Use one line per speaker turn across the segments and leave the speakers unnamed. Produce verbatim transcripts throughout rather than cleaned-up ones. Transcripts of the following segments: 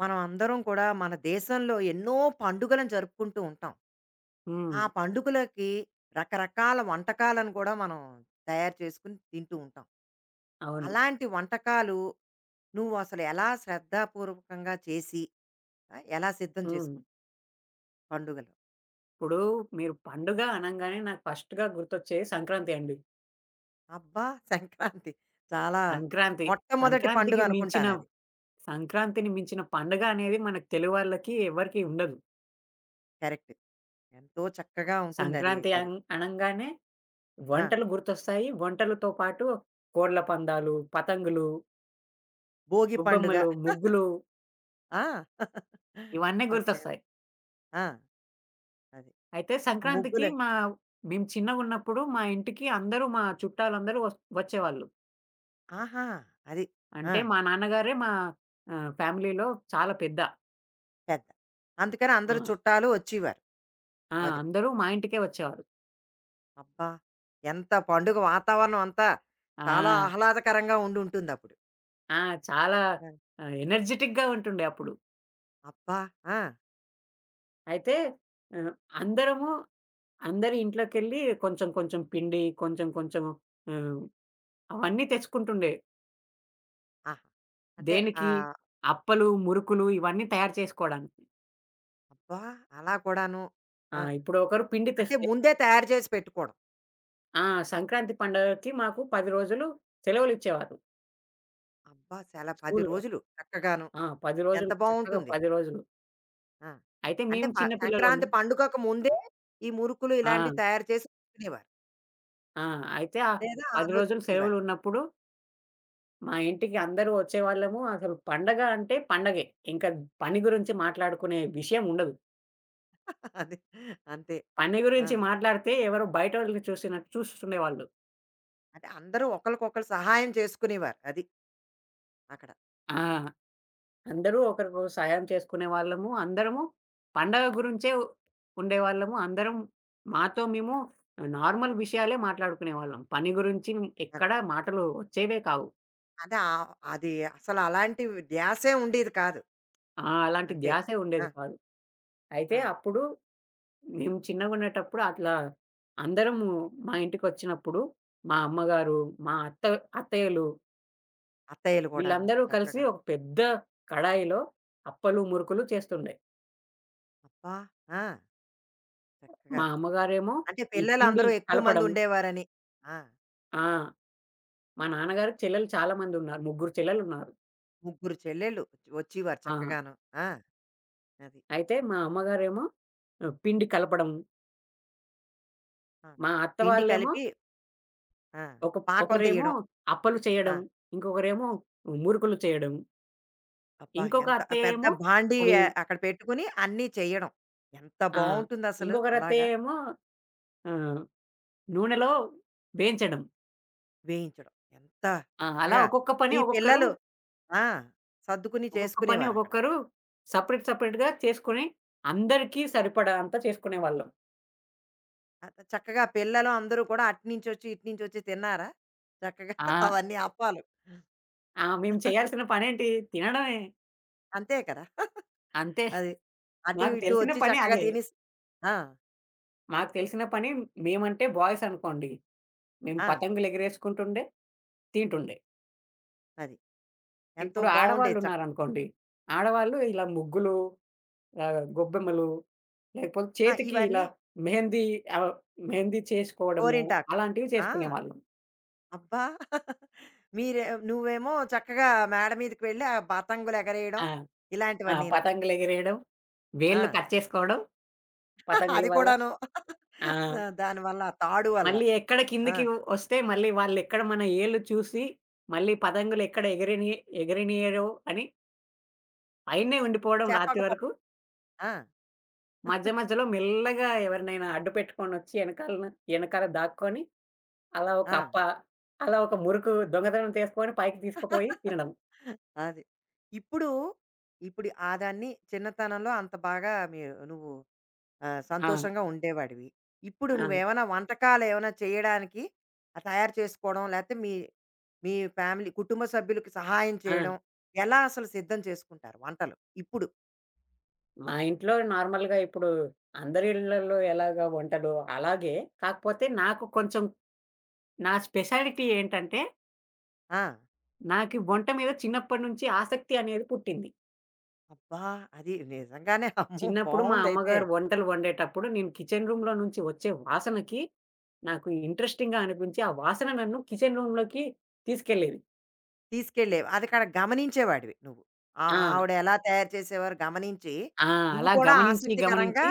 మనం అందరం కూడా మన దేశంలో ఎన్నో పండుగలను జరుపుకుంటూ ఉంటాం.
హ్మ్.
ఆ పండుగలకి రకరకాల వంటకాలను కూడా మనం తయారు చేసుకుని తింటూ ఉంటాం.
అవును.
అలాంటి వంటకాలు నువ్వు అసలు ఎలా శ్రద్ధాపూర్వకంగా చేసి ఆహ్, ఎలా సిద్ధం
హ్మ్.
చేసుకుంటావు పండుగలు?
ఇప్పుడు మీరు పండుగ అనంగానే నాకు ఫస్ట్‌గా గుర్తొచ్చేది సంక్రాంతి అండి.
అబ్బా! సంక్రాంతి చాలా
సంక్రాంతి.
మొట్టమొదటి పండుగ
సంక్రాంతికి మించిన
అనుకుంటానది.
సంక్రాంతిని మించిన పండుగ అనేది మనకు తెలుగు వాళ్ళకి ఎవరికీ ఉండదు.
కరెక్ట్. ఎంతో చక్కగా ఉంటుందది. అది.
సంక్రాంతి
అది
అన్ అనంగానే
ఆ!
వంటలు గుర్తొస్తాయి. వంటలతో పాటు కోడ్ల పందాలు, పతంగులు,
భోగి పండుగ.
గొబ్బెమ్మలు, ముగ్గులు
ఆ!
ఇవన్నీ
చక్కగా.
గుర్తొస్తాయి.
ఆ! అది.
అయితే
ఆ
సంక్రాంతికి
ముగ్గులే
మా మేము చిన్నగున్నప్పుడు మా ఇంటికి అందరూ మా చుట్టాలందరూ వస్ వచ్చేవాళ్ళు.
ఆహా! అది. ఆ!
అంటే మా నాన్నగారే మా ఆహ్, ఫ్యామిలీలో చాలా పెద్ద.
పెద్ద. అందుకని
ఆ!
అందరూ చుట్టాలు వచ్చేవారు.
ఆ!
అది.
అందరూ మా ఇంటికే వచ్చేవారు.
అబ్బా! ఎంత పండుగ వాతావరణం అంతా చాలా
ఆ!
ఆహ్లాదకరంగా ఉండుంటుందప్పుడు.
ఆ! చాలా
ఆ!
ఆహ్, ఎనర్జిటిక్‌గా ఉంటుండే అప్పుడు.
అబ్బా! ఆ!
అయితే ఆహ్, అందరము అందరి ఇంట్లోకెళ్ళి కొంచెం కొంచెం పిండి, కొంచెం కొంచెం ఆహ్, అవన్నీ తెచ్చుకుంటుండే.
ఆహా! అంటే
దేనికి?
ఆహ్,
అప్పలు, మురుకులు ఇవన్నీ తయారు చేసుకోవడానికి.
అబ్బా! అలా కూడాను.
ఆ!
ఆ!
ఇప్పుడు ఒకరు పిండి
అంటే
తెస్తే
ముందే తయారు చేసి పెట్టుకోవడం.
ఆ! సంక్రాంతి పండగకి మాకు పది రోజులు సెలవులిచ్చేవారు
అబ్బా! చాలా పది
స్కూలులో.
రోజులు చక్కగాను.
ఆ! పది
ఎంత
రోజులు చక్కగా
బావుంటుంది.
పది రోజులు.
ఆ!
అయితే
అంటే
మేము
ప
చిన్న పిల్లలము.
సంక్రాంతి పండుగకు ముందే ఈ మురుకులు
ఆ!
ఇలాంటివి తయారు చేసి పెట్టుకునేవారు.
ఆ! అయితే ఆ
లేదా ఆ
పది
రోజు
రోజులు
చేసేవారా?
సెలవులున్నప్పుడు మా ఇంటికి అందరూ వచ్చేవాళ్ళము. అసలు పండగ అంటే పండగే. ఇంకా పని గురించి మాట్లాడుకునే విషయం ఉండదు.
అది. అంతే.
పని
ఆ!
గురించి మాట్లాడితే ఎవరో బయటోళ్ళని చూసినట్టు చూస్తుండేవాళ్ళు.
అంటే అందరూ ఒకళ్ళకొకళ్ళు సహాయం చేసుకునేవారు. అది అక్కడ.
ఆ! అందరూ ఒకరికొకరు సహాయం చేసుకునేవాళ్ళము. అందరము పండగ గురించే ఉండేవాళ్ళము. అందరం మాతో మేము నార్మల్ విషయాలే మాట్లాడుకునేవాళ్ళం. పని గురించి
అది.
ఎక్కడ మాటలు వచ్చేవే కావు.
అంటే ఆహ్, అది అసలు అలాంటి ధ్యాసే ఉండేది కాదు.
ఆ! అలాంటి
అంతే.
ధ్యాసే ఉండేది
ఆ!
కాదు. అయితే
ఆ!
అప్పుడు మేము చిన్నగుండేటప్పుడు అట్లా అందరము మా ఇంటికొచ్చినప్పుడు మా అమ్మగారు, మా అత్త అత్తయ్యలు
అత్తయ్యలు గూడాను
వీళ్ళందరూ కలిసి
చక్కగా.
ఒక పెద్ద కడాయిలో అప్పలు, మురుకులు చేస్తుండే.
అబ్బా! ఆ! చక్కగా.
మా అమ్మగారేమో
అంటే
ఈ పిండి
పిల్లలందరూ ఎక్కువ మంది
కలపడం.
ఉండేవారని. ఆ!
ఆ! మా నాన్నగారికి చెల్లెలు చాలా మందున్నారు. ముగ్గురు చెల్లెలున్నారు.
ముగ్గురు చెల్లెళ్ళు వచ్చేవారు
ఆ!
చక్కగాను. ఆ! అది.
అయితే మా అమ్మగారేమో ఆహ్, పిండి కలపడం,
ఆ!
మా అత్త
పిండి
వాళ్ళేమో
కలిపి ఆ!
ఒక
పాకం
ఒకరేమో
తీయడం.
అప్పలు
ఆ!
చేయడం, ఇంకొకరేమో మురుకులు చేయడం,
అబ్బా!
ఇంకొక
ఎంత ఆ
అత్తయ్య
పెద్ద
ఏమో
బాండీ
అవి
అక్కడ పెట్టుకుని అన్నీ చెయ్యడం. ఎంత
ఆ!
బావుంటుందసలు
ఇంకొకరు
అలాగా
అత్తయ్య ఏమో ఆహ్, నూనెలో వేయించడం.
వేయించడం. ఎంత
ఆ! అలా
చక్కగా
ఒక్కొక్క పని
మీ
ఒక్కొక్కరు,
పిల్లలు ఆ! సర్దుకుని
ఒక్కొక్క పని
చేసుకునేవారక్కడ.
ఒక్కొక్కరు సెపరేట్ సెపరేట్‌గా చేసుకొని అందరికీ సరిపడా అంతా చేసుకునేవాళ్ళం.
అత చక్కగా పిల్లలు అందరూ కూడా అటునుంచొచ్చి, ఇటునుంచొచ్చి తిన్నారా? చక్కగా
ఆ!
అవన్నీ అప్పాలు.
ఆ! మేము చేయాల్సిన పనేంటి? తినడమే.
అంతే కదా!
అంతే.
అది. అటు
మాకు
ఇటు
తెలిసిన
వచ్చి
పని
చక్కగా
అదే.
తినేసి ఆ!
మాకు తెలిసిన పని, మేమంటే బాయ్స్ అనుకోండి. మేము
ఆ!
పతంగులు ఎగిరేసుకుంటుండే, తింటుండే.
అది. ఎంతో
ఇప్పుడు
బావుండేది చక్
ఆడవాళ్ళున్నారనుకోండి. ఆడవాళ్ళు ఇలా ముగ్గులు, ఆహ్, గొబ్బెమ్మలు, లేకపోతే
ఆ!
చేతికి ఇలా
ఇవన్నీ
మెహందీ ఆహ్, మెహందీ చేసుకోవడము,
గోరింటాకు.
అలాంటివి
ఆ!
చేసుకునేవాళ్ళు.
అబ్బా! మీరే నువ్వేమో చక్కగా మేడ మీదకి వెళ్ళి ఆ పతంగులు ఎగరేయడం
ఆ! ఆ!
ఇలాంటివన్నీను.
పతంగులెగిరేయడం,
ఆ!
వేళ్ళు కట్ చేసుకోవడం పతంగుల
అది
వల్ల.
కూడాను
ఆ!
దా- దానివల్ల ఆ తాడు వల్ల.
మళ్ళీ ఎక్కడ
ఆ!
కిందకి వస్తే మళ్ళీ వాళ్ళెక్కడ మన ఏళ్ళు చూసి మళ్ళీ పతంగులెక్కడ ఎగిరిని ఎగిరినియరో అని అయన్నే ఉండిపోవడం రాత్రి
చెప్పకపో
వరకు.
ఆ!
మధ్య మధ్యలో మెల్లగా ఎవరినైనా అడ్డు పెట్టుకొనొచ్చి ఎనకాలన ఎనకాల దాక్కొని అలా ఒక
ఆ!
అప్ప, అలా ఒక మురుకు దొంగతనం చేసుకొని పైకి తీసుకుపోయి తినడం.
అది. ఇప్పుడు, ఇప్పుడు ఆ దాన్ని చిన్నతనంలో అంత బాగా మీ నువ్వు ఆహ్,
ఆ!
సంతోషంగా ఉండేవాడివి. ఇప్పుడు
ఆ!
నువ్వేమైనా వంటకాలేమైనా చేయడానికి ఆహ్, తయారు చేసుకోవడం లేతే మీ మీ ఫ్యామిలీ కుటుంబ సభ్యులకి సహాయం
ఆ!
చేయడం ఎలా అసలు సిద్ధం చేసుకుంటారు వంటలు ఇప్పుడు?
మా ఇంట్లో నార్మల్‌గా ఇప్పుడు అందరి ఇళ్లల్లో ఎలాగా వంటలు అలాగే. కాకపోతే నాకు కొంచెం, నా స్పెషాలిటీ ఏంటంటే,
ఆ!
నాకు వంట మీద చిన్నప్పటి నుంచి ఆసక్తి అనేది పుట్టింది.
అబ్బా! అది నిజంగానే అమ్మో!
చిన్నప్పుడు మా
బావుందయితే.
అమ్మగారు వంటలు వండేటప్పుడు నేను కిచెన్ రూమ్‌లో నుంచి వచ్చే వాసనకి నాకు ఇంట్రెస్టింగ్‌గా అనిపించి, ఆ వాసన నన్ను కిచెన్ రూమ్‌లోకి తీసుకెళ్ళేది.
తీసుకెళ్ళేవి. అది అక్కడ గమనించేవాడివి నువ్వు. ఆ
ఆ!
ఆవిడ ఎలా తయారు చేసేవారో గమనించి,
ఆ!
నువ్వు
అలా
కూడా
గమనించి, గమనించి.
ఆసక్తికరంగా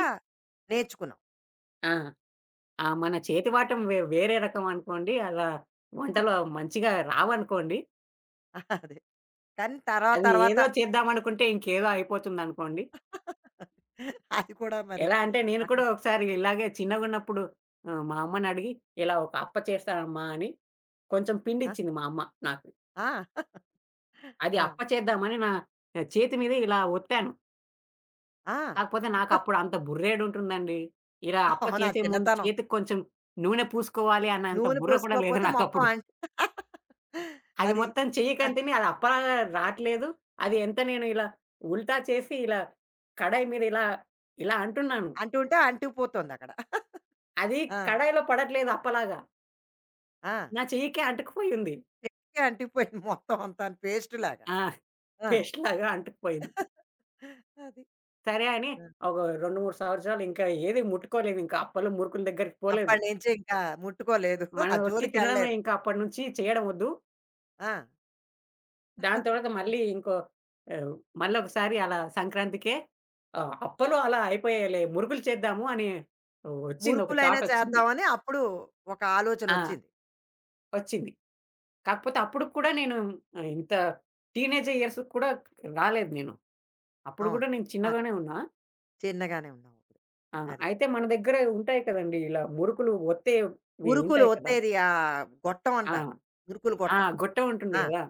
నేర్చుకున్నావు.
ఆ! ఆ! మన చేతి వాటం వే వేరే రకం అనుకోండి. అలా వంటలు మంచిగా రావనుకోండి.
అది. కానీ తర్వాత
అది
తర్వాత
ఏదో చేద్దామనుకుంటే ఇంకేదో అయిపోతుందనుకోండి.
అది కూడా మరి
ఎలా అంటే నేను కూడా
అక్కడ
ఒకసారి ఇలాగే చిన్నగున్నప్పుడు ఆహ్, మా అమ్మనడిగి ఇలా ఒక అప్ప చేస్తానమ్మా అని కొంచెం
ఆ!
పిండిచ్చింది మా అమ్మ నాకు.
ఆ!
అది
ఆ!
అప్ప చేద్దామని నా చేతి మీద ఇలా ఒత్తాను.
ఆ!
కాకపోతే నాకప్పుడు అంత బుర్రేడుంటుందండి. ఇలా అప్ప
అవును. ఆ
చేసే ముందు
చిన్నతనం.
చేతికి కొంచెం నూనె పూసుకోవాలి అన్నంత
నూనె
బుర్ర కూడా లేదు
పోసుకోకపోతే మొత్తం
నాకప్పుడు.
అం
అది
అది.
మొత్తం చెయ్యి
ఆహ్,
కంతిని అది అప్పలాగా రాట్లేదు. అది ఎంత నేను ఇలా ఉల్టా చేసి ఇలా కడాయి మీద ఇలా, ఇలా అంటున్నాను.
అంటుంటే అంటుకుపోతుందక్కడ.
అది
ఆ!
కడాయిలో పడట్లేదు అప్పలాగా.
ఆ!
నా చెయ్యికే అంటుకుపోయింది.
చేతికి అంటుకుపోయింది మొత్తం అంతాను పేస్టులాగా.
ఆ!
ఆ!
పేస్ట్‌లాగా అంటుకుపోయింది.
అది.
సరే అని
ఆ!
ఒక రెండు, మూడు సంవత్సరాలు ఇంకా ఏది ముట్టుకోలేదు. ఇంకా అప్పలు, మురుకుల దగ్గరికి పోలేదు.
అప్పటినుంచి ఇంకా ముట్టుకోలేదు.
మనం
ఆ
ఒట్టి తినడమే
జోలికెళ్ళలేదు.
ఇంకా అప్పటి నుంచి చేయడం వద్దు.
ఆ!
దాని తర్వాత మళ్ళీ ఇంకో ఆహ్, మళ్ళొకసారి అలా సంక్రాంతికే ఆహ్, అప్పలు అలా అయిపోయాయిలే. మురుకులు చేద్దాము అని వచ్చింది. ఒక
మురుకులైనా
థాటొచ్చింది.
చేద్దామని అప్పుడు ఒక
ఆ!
ఆలోచనొచ్చింది.
వచ్చింది. కాకపోతే అప్పుడు కూడా నేను ఆహ్, ఇంత టీనేజ్ ఇయర్స్ కూడా రాలేదు నేను. అప్పుడు కూడా
అవును.
నేను
అదే.
చిన్నగానే ఉన్నా.
చిన్నగానే ఉన్నాం అప్పుడు.
ఆ!
అది.
అయితే మన దగ్గర ఉంటాయి కదండీ! ఇలా మురుకులు ఒత్తేవి
మురుకులు
ఉంటాయి కదా!
ఒత్తేది ఆహ్, గొట్టం
ఆ!
అంటారు. మురుకులు
ఆ!
గొట్టం.
గొట్టం ఉంటుంది
ఆ!
గదా!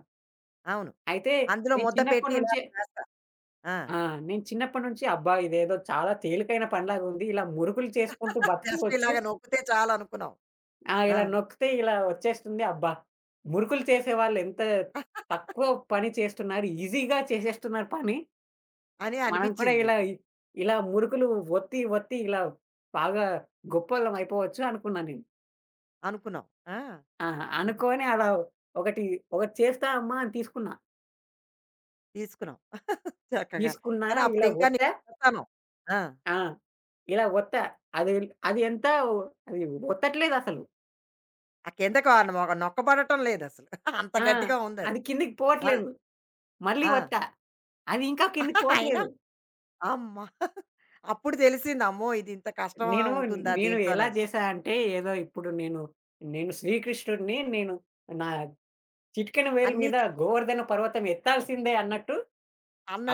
అవును.
అయితే
అందులో
నేను
ముద్ద పెట్టి
చిన్నప్పటి
ఇలా
నుంచే
చేస్తారు. ఆ!
ఆ! నేను చిన్నప్పటి నుంచి అబ్బా! ఇదేదో చాలా తేలికైన పనిలాగా ఉంది. ఇలా మురుకులు చేసుకుంటూ
జస్ట్
బతికేయొచ్చు.
ఇలాగ నొక్కితే చాలనుకున్నావు.
ఆ!
ఆ!
ఇలా నొక్కితే ఇలా వచ్చేస్తుంది. అబ్బా! మురుకులు చేసేవాళ్ళు ఎంత తక్కువ పని చేస్తున్నారు. ఈజీగా చేసేస్తున్నారు పని.
అని
మనం కూడా
అనిపిచ్చింది
ఇలా
నీకు.
ఇలా మురుకులు ఒత్తి, ఒత్తి ఇలా బాగా గొప్పోళ్ళం అయిపోవచ్చు అనుకున్నా నేను.
అనుకున్నావు. ఆ!
ఆ!
అది.
అనుకోని అలా ఒకటి ఒకటి చేస్తా అమ్మా అని తీసుకున్నా.
తీసుకున్నాం చక్కగా.
తీసుకున్నా,
కానీ
ఇలా
అప్పుడింకా నీ
ఒత్తా.
కొత్తనం. ఆ!
ఆ! ఇలా ఒత్తా. అది అది ఎంత అది ఒత్తట్లేదసలు.
ఆ కిందకు ఆ మొగ నొక్కబడటం లేదసలు. అంత
ఆ!
గట్టిగా ఉందది.
అది కిందకి
ఆ!
పోవట్లేదు. మళ్ళీ
ఆ!
వత్తా. అది ఇంకా కిందకి
అయినా
పోవట్లేదు.
అమ్మ! అప్పుడు తెలిసింది అమ్మో! ఇది ఇంత కష్టమా
నేను
ఉంటుందా
నేను ఎలా
దీంట్లోనని.
చేశా అంటే ఏదో ఇప్పుడు నేను, నేను శ్రీకృష్ణుడిని నేను నా చిటికెన వేలు
అన్నీ
మీద
చే
గోవర్ధన పర్వతం ఎత్తాల్సిందే అన్నట్టు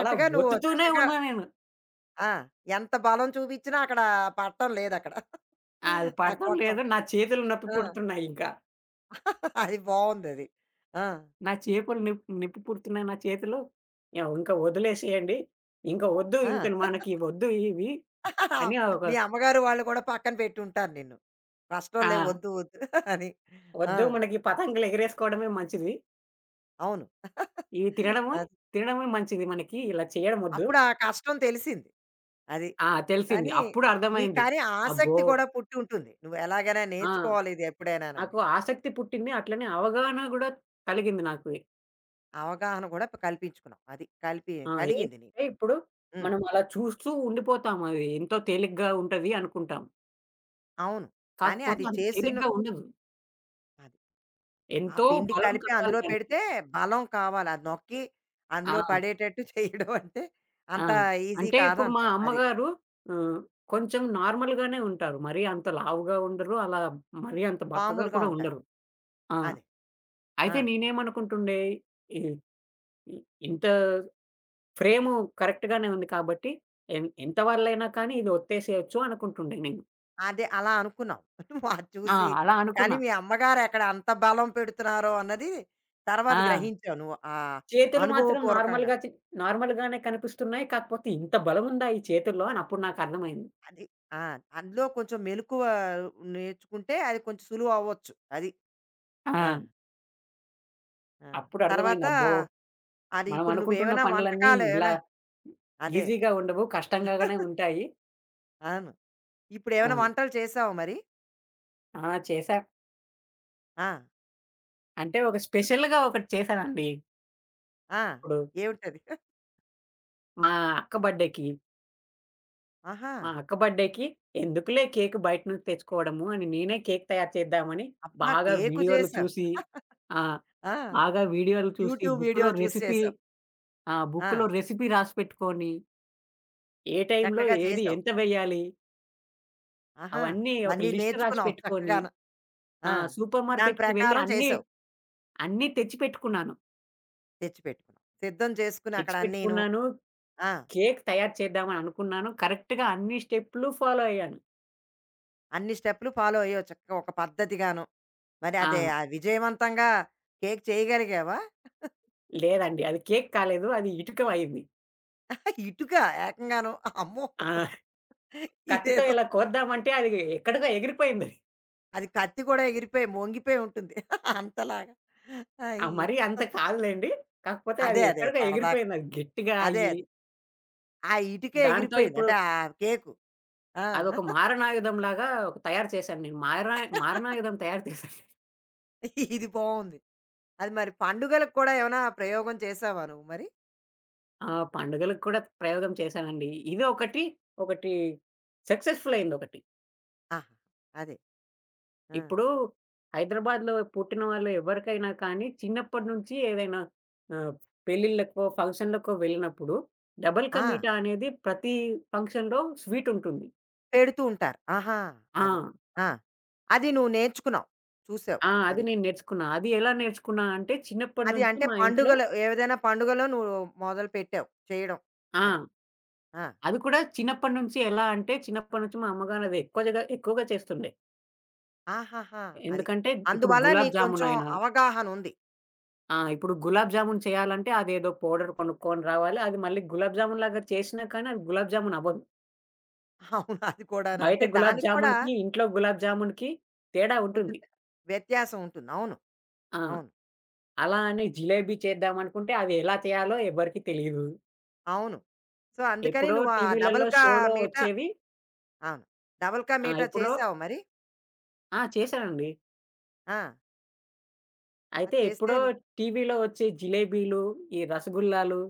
అలా
నువ్వు
ఒత్తుతూనే
చక్కగా
ఉన్నా నేను.
ఆ! ఎంత బలం చూపించినా అక్కడ పడటం లేదక్కడ.
అది
ఆ
పడటం
గొట్టం.
లేదు. నా చేతులు నొప్పి
ఆ!
పుడుతున్నాయి ఇంకా.
అది బావుందది. ఆ!
నా చేతులు నిప్ నిప్పి పుడుతున్నాయి నా చేతులు. యాహ్! ఇంకా వదిలేసేయండి. ఇంకా వద్దు, ఇంక
ఆ!
మనకి వద్దు ఇవి అని ఒక
మీ అమ్మగారు వాళ్ళు కూడా పక్కన పెట్టుంటారు నిన్ను.
ఆ!
కష్టంలే వద్దు, వద్దు అని. ఆ!
వద్దు, మనకి పతంగులు ఎగిరేసుకోవడమే మంచిది.
అవును.
ఇది తినడము,
అది.
తినడమే మంచిది మనకి. ఇలా చేయడం ఒద్దు.
అప్పుడు ఆ కష్టం తెలిసింది. అది.
ఆ! తెలిసింది.
కానీ
అప్పుడు
నీకు
అర్థమైంది.
కానీ
అబ్బో!
ఆసక్తి కూడా పుట్టి ఉంటుంది. నువ్వు ఎలాగైనా
ఆ!
నేర్చుకోవాలి ఇది ఎప్పుడైనానని.
నాకు ఆసక్తి పుట్టింది. అట్లనే అవగాహన గూడా కలిగింది నాకు.
అవగాహన కూడా ప్ కల్పించుకున్నావు. అది కలిపి
ఆ!
కలిగింది నీకు.
ఏంటంటే ఇప్పుడు
హ్మ్.
మనం అలా చూస్తూ ఉండిపోతాం. అది ఎంతో తేలిగ్గా ఉంటది అనుకుంటాం.
అవును. కానీ
కాకపోతే
అది
అంత
చేసిన
తేలిగ్గా ఉండదు.
అది. ఆ
ఎంతో
పిండి
బలం
కలిపి
కావాలి
అందులో
దానికి.
పెడితే బలం కావాలి. అది నొక్కి
ఆ!
అందులో పడేటట్టు చేయడం అంటే
ఆ!
అంత ఈజీ
అంటే ఇప్పుడు మా
కాదంటావు. అది.
అమ్మగారు ఆహ్, కొంచెం నార్మల్‌గానే ఉంటారు. మరీ అంత లావుగా ఉండరు. అలా మరీ అంత బక్కగా
మామూలుగా
కూడా
ఉంటారు.
ఉండరు. ఆ!
అది. ఆ!
అయితే నేనేమనుకుంటుండే, ఇ ఇ ఇంత ఫ్రేము కరెక్ట్‌గానే ఉంది కాబట్టి, ఎన్ ఎంత వరలైనా కానీ ఇది ఒత్తేసేయొచ్చు అనుకుంటుండే నేను.
అదే అలా అనుకున్నాం. అది
ఆ!
చూసి.
అలా
కానీ
అనుకున్నా.
మీ అమ్మగారు ఎక్కడ అంత బలం పెడుతున్నారో అన్నది
ఆ!
తర్వాత గ్రహించావు నువ్వు. ఆ
చేతులు మాత్రం
అనుభవపూర్వకంగా.
నార్మల్‌గా చి నార్మల్‌గానే కనిపిస్తున్నాయి. కాకపోతే ఇంత బలముందా ఈ చేతుల్లో అని అప్పుడు నాకర్థమైంది.
అది. ఆ! అందులో కొంచెం మెలకువ నేర్చుకుంటే అది కొంచెం సులువు అవ్వచ్చు. అది. ఆ!
ఆ!
ఆ!
అప్పుడు
తర్వాత
అర్థమైంది. అబ్బో!
అది
మనం
ఇప్పుడు
అనుకుంటున్న
నువ్వేమైనా
పనులన్నీ
వంటకాలు
ఇలా
ఏమైనా అదే.
ఈజీగా ఉండవు. కష్టంగానే ఉంటాయి.
అవును.
ఆ!
ఇప్పుడేమైనా వంటలు చేసావా మరి?
ఆ! చేశా.
ఆ!
అంటే ఒక స్పెషల్‌గా ఒకటి చేశానండి.
ఆ!
ఇప్పుడు
ఏమిటది?
మా అక్క బర్త్‌డేకి.
ఆహా!
మా అక్క బర్త్‌డేకి ఎందుకులే కేక్ బయట నుంచి తెచ్చుకోవడము అని నేనే కేక్ తయారు చేద్దామని
అబ్బా!
బాగా
కేకు
వీడియోలు
చేసావు.
చూసి ఆ!
ఆ!
బాగా వీడియోలు చూసి
యూట్యూబ్
బుక్‌లో
వీడియోలు చూసి
రెసిపీ
చేసావు.
ఆ!
ఆ!
బుక్‌లో రెసిపీ రాసి పెట్టుకొని, ఏ టైంలో
చక్కగా
ఏది
చేసావు.
ఎంత వేయాలి
ఆహా!
అవన్నీ ఒక
ఇవన్నీ
లిస్ట్ రాసి
నేర్చుకున్నావు
పెట్టుకొని,
చక్కగాను.
ఆ!
ఆ!
సూపర్
దాని
మార్కెట్‌కి వెళ్ళి
ప్రకారం
అన్నీ,
చేసావు.
అన్నీ తెచ్చిపెట్టుకున్నాను.
తెచ్చిపెట్టుకున్నావు. సిద్ధం చేసుకుని అక్కడ అన్నీను.
తెచ్చిపెట్టుకున్నాను.
ఆ!
కేక్ తయారు చేద్దామని అనుకున్నాను. కరెక్ట్‌గా అన్ని స్టెప్‌లు ఫాలో అయ్యాను.
అన్ని స్టెప్‌లు ఫాలో అయ్యావు చక్కగా ఒక పద్ధతిగాను. మరి
ఆ!
అదే ఆ విజయవంతంగా కేక్ చేయగలిగావా?
లేదండి. అది కేక్ కాలేదు. అది ఇటుక అయింది.
ఇటుక ఏకంగాను. అమ్మో!
ఆ! కత్తితో
ఇదేదో
ఇలా కోద్దామంటే అది ఎక్కడికో ఎగిరిపోయిందది.
అది కత్తి కూడా ఎగిరిపోయి మొంగిపోయి ఉంటుంది. అంతలాగా.
ఆ!
అయ్యో!
మరీ అంత కాదులెండి. కాకపోతే అది
అదే అదే
ఎక్కడికో
సరదాగా.
ఎగిరిపోయిందది గట్టిగా
అదే
అయ్యి.
అదే. ఆ ఇటుకే
దాంతో
ఎగిరిపోయింది.
ఇప్పుడు
అంటే ఆ కేకు. ఆ!
అదొక మారణాయుధంలాగా ఒక తయారు చేశాను నేను. మారా మారణాయుధం తయారు చేశాను.
ఇది బావుంది. అది మరి పండుగలకు కూడా ఏమైనా ప్రయోగం చేసావా నువ్వు మరి?
ఆ! పండుగలకు కూడా ప్రయోగం చేశానండి. ఇది ఒకటి, ఒకటి సక్సెస్‌ఫుల్ అయిందొకటి.
ఆహా! అదే. ఆ!
ఇప్పుడు హైదరాబాద్‌లో పుట్టిన వాళ్ళు ఎవరికైనా కానీ, చిన్నప్పటి నుంచి ఏదైనా ఆహ్, పెళ్ళిళ్ళకో, ఫంక్షన్‌లకో వెళ్ళినప్పుడు డబుల్ కా
ఆ!
మీఠా అనేది ప్రతి ఫంక్షన్‌లో స్వీట్ ఉంటుంది.
పెడుతూ ఉంటారు. ఆహా!
ఆ!
అది. ఆ! అది నువ్వు నేర్చుకున్నావు. చూసావు.
ఆ! అది
అది.
నేను నేర్చుకున్నా. అది ఎలా నేర్చుకున్నా అంటే చిన్నప్పటి
అది
నుంచి
అంటే
మా ఇంట్లో
పండుగలు ఏదైనా పండుగలో నువ్వు మొదలు పెట్టావు చేయడం.
ఆ!
అది. ఆ!
అది కూడా చిన్నప్పటి నుంచి ఎలా అంటే చిన్నప్పటి నుంచి మా అమ్మగారు అది ఎక్కువ జగా ఎక్కువగా చేస్తుండే.
ఆహాహా! అది.
ఎందుకంటే ఇప్పుడు
అందువల్ల
గులాబ్
నీకు
జామున్
కొంచెం
అయినా
అవగాహన ఉంది.
ఆ! ఇప్పుడు గులాబ్ జామున్ చేయాలంటే అదేదో పౌడర్ కొనుక్కొని రావాలి. అది మళ్ళీ గులాబ్ జామున్ లాగా చేసినా కానీ అది గులాబ్ జామున్ అవ్వదు.
అవును. అది కూడాను.
బయట
అంటే
గులాబ్
దానికి కూడా
జామున్‌కి, ఇంట్లో గులాబ్ జామున్‌కి తేడా
కొంచెం
ఉంటుంది.
వ్యత్యాసం ఉంటుంది. అవును.
ఆ!
అవును.
అలా అని జిలేబీ చేద్దామనుకుంటే అది ఎలా చేయాలో ఎవరికీ తెలీదు.
అవును. సో, అందుకని
ఎప్పుడో
నువ్వు ఆ డబుల్
టీవీలలో
కా
షోలో
మీఠా
వచ్చేవి
అవును. డబుల్ కా
ఆ!
మీఠా
ఎప్పుడో
చేసావా మరి?
ఆ! చేశానండి.
ఆ! అది
అయితే ఎప్పుడో
చేస్తేనే
టీవీలో వచ్చే జిలేబీలు, ఈ రసగుల్లాలు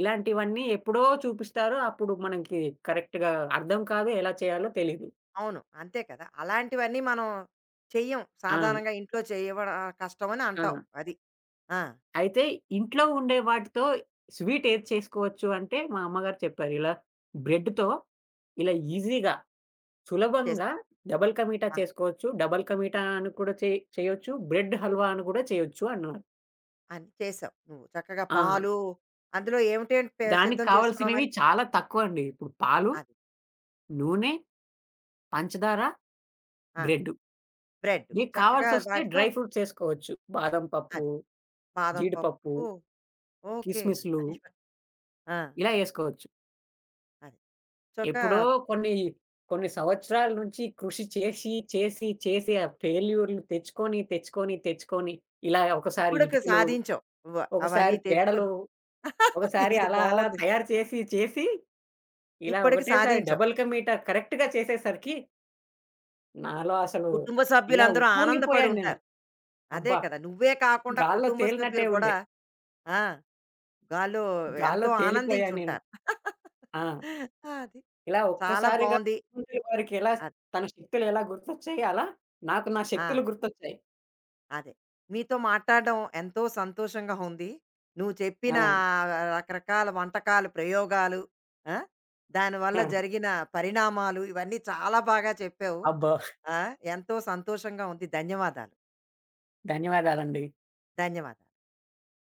ఇలాంటివన్నీ ఎప్పుడో చూపిస్తారు. అప్పుడు మనకి కరెక్ట్‌గా అర్థం కాదు. ఎలా చేయాలో తెలీదు.
అవును. అంతే కదా! అలాంటివన్నీ మనం చెయ్యం.
ఆ!
సాధారణంగా ఇంట్లో చేయడం కష్టమని
ఆ!
అంటావు. అది. ఆ!
అయితే ఇంట్లో ఉండే వాటితో స్వీట్ ఏది చేసుకోవచ్చు అంటే, మా అమ్మగారు చెప్పారు. ఇలా బ్రెడ్‌తో ఇలా ఈజీగా, సులభంగా
చేసుకో.
డబుల్ కా మీఠా
ఆ!
చేసుకోవచ్చు. డబుల్ కా మీఠా అని కూడా చే చేయొచ్చు. బ్రెడ్ హల్వా అని కూడా చేయొచ్చు అన్నారు.
అని చేసావు. నువ్వు చక్కగా
ఆ!
పాలు అందులో ఏమిటేంటి పె
దానికి
సిద్ధం చేసుకున్నావు
కావాల్సినవి
మరి?
చాలా తక్కువండి. ఇప్పుడు పాలు,
అది.
నూనె, పంచదార,
ఆ!
బ్రెడ్.
బ్రెడ్
మీకు
చక్కగా
కావాల్సొస్తే
వాటితో
డ్రై ఫ్రూట్స్ ఏసుకోవచ్చు. బాదం పప్పు,
అది. బాదం
జీడిపప్పు,
పప్పు ఓకే.
కిస్మిస్‌లు
అయ్యో! ఆ!
ఇలా ఏసుకోవచ్చు.
అది. చొక్క
ఎప్పుడో కొన్ని, కొన్ని సంవత్సరాల నుంచి కృషి చేసి, చేసి, చేసి ఆ ఫెయిల్యూర్‌లు తెచ్చుకొని, తెచ్చుకొని, తెచ్చుకొని ఇలా ఒకసారి
ఇప్పటికి
ఇటుకలు,
సాధించావు. వ అవన్నీ
ఒకసారి పేడలు,
తెచ్చుకొని
ఒకసారి
ఇది
అలా అలా
బావుంది.
తయారు చేసి, చేసి ఇలా
ఇప్పటికి
ఒకటేసారి
సాధించావు.
డబుల్ కమీటా కరెక్ట్‌గా చేసేసరికి నాలో అసలు
కుటుంబ
ఇలా
సభ్యులందరూ ఆనందపడి
ఉప్పొంగిపోయాను నేను.
ఉంటారు. అదే
అబ్బా!
కదా! నువ్వే కాకుండా
గాల్లో
కుటుంబ సభ్యులు
తేలినట్టే
కూడా
ఉండే.
ఆ! గాల్లో
గాల్లో
ఎంతో
తేలిపోయా నేను.
ఆనందించుంటారు.
ఆ!
అది.
ఇలా
చాలా
ఒక్కసారిగా
బావుంది.
వారికి ఎలా
అది.
తన శక్తులు ఎలా గుర్తొచ్చాయి అలా నాకు నా
ఆ!
శక్తులు గుర్తొచ్చాయి.
అదే. మీతో మాట్లాడడం ఎంతో సంతోషంగా ఉంది. నువ్వు చెప్పిన
ఆ!
ఆహ్, రకరకాల వంటకాలు, ప్రయోగాలు ఆ! దానివల్ల
ఆ!
జరిగిన పరిణామాలు ఇవన్నీ చాలా బాగా చెప్పావు.
అబ్బో!
ఆ! ఎంతో సంతోషంగా ఉంది. ధన్యవాదాలు.
ధన్యవాదాలండి.
ధన్యవాదాలు.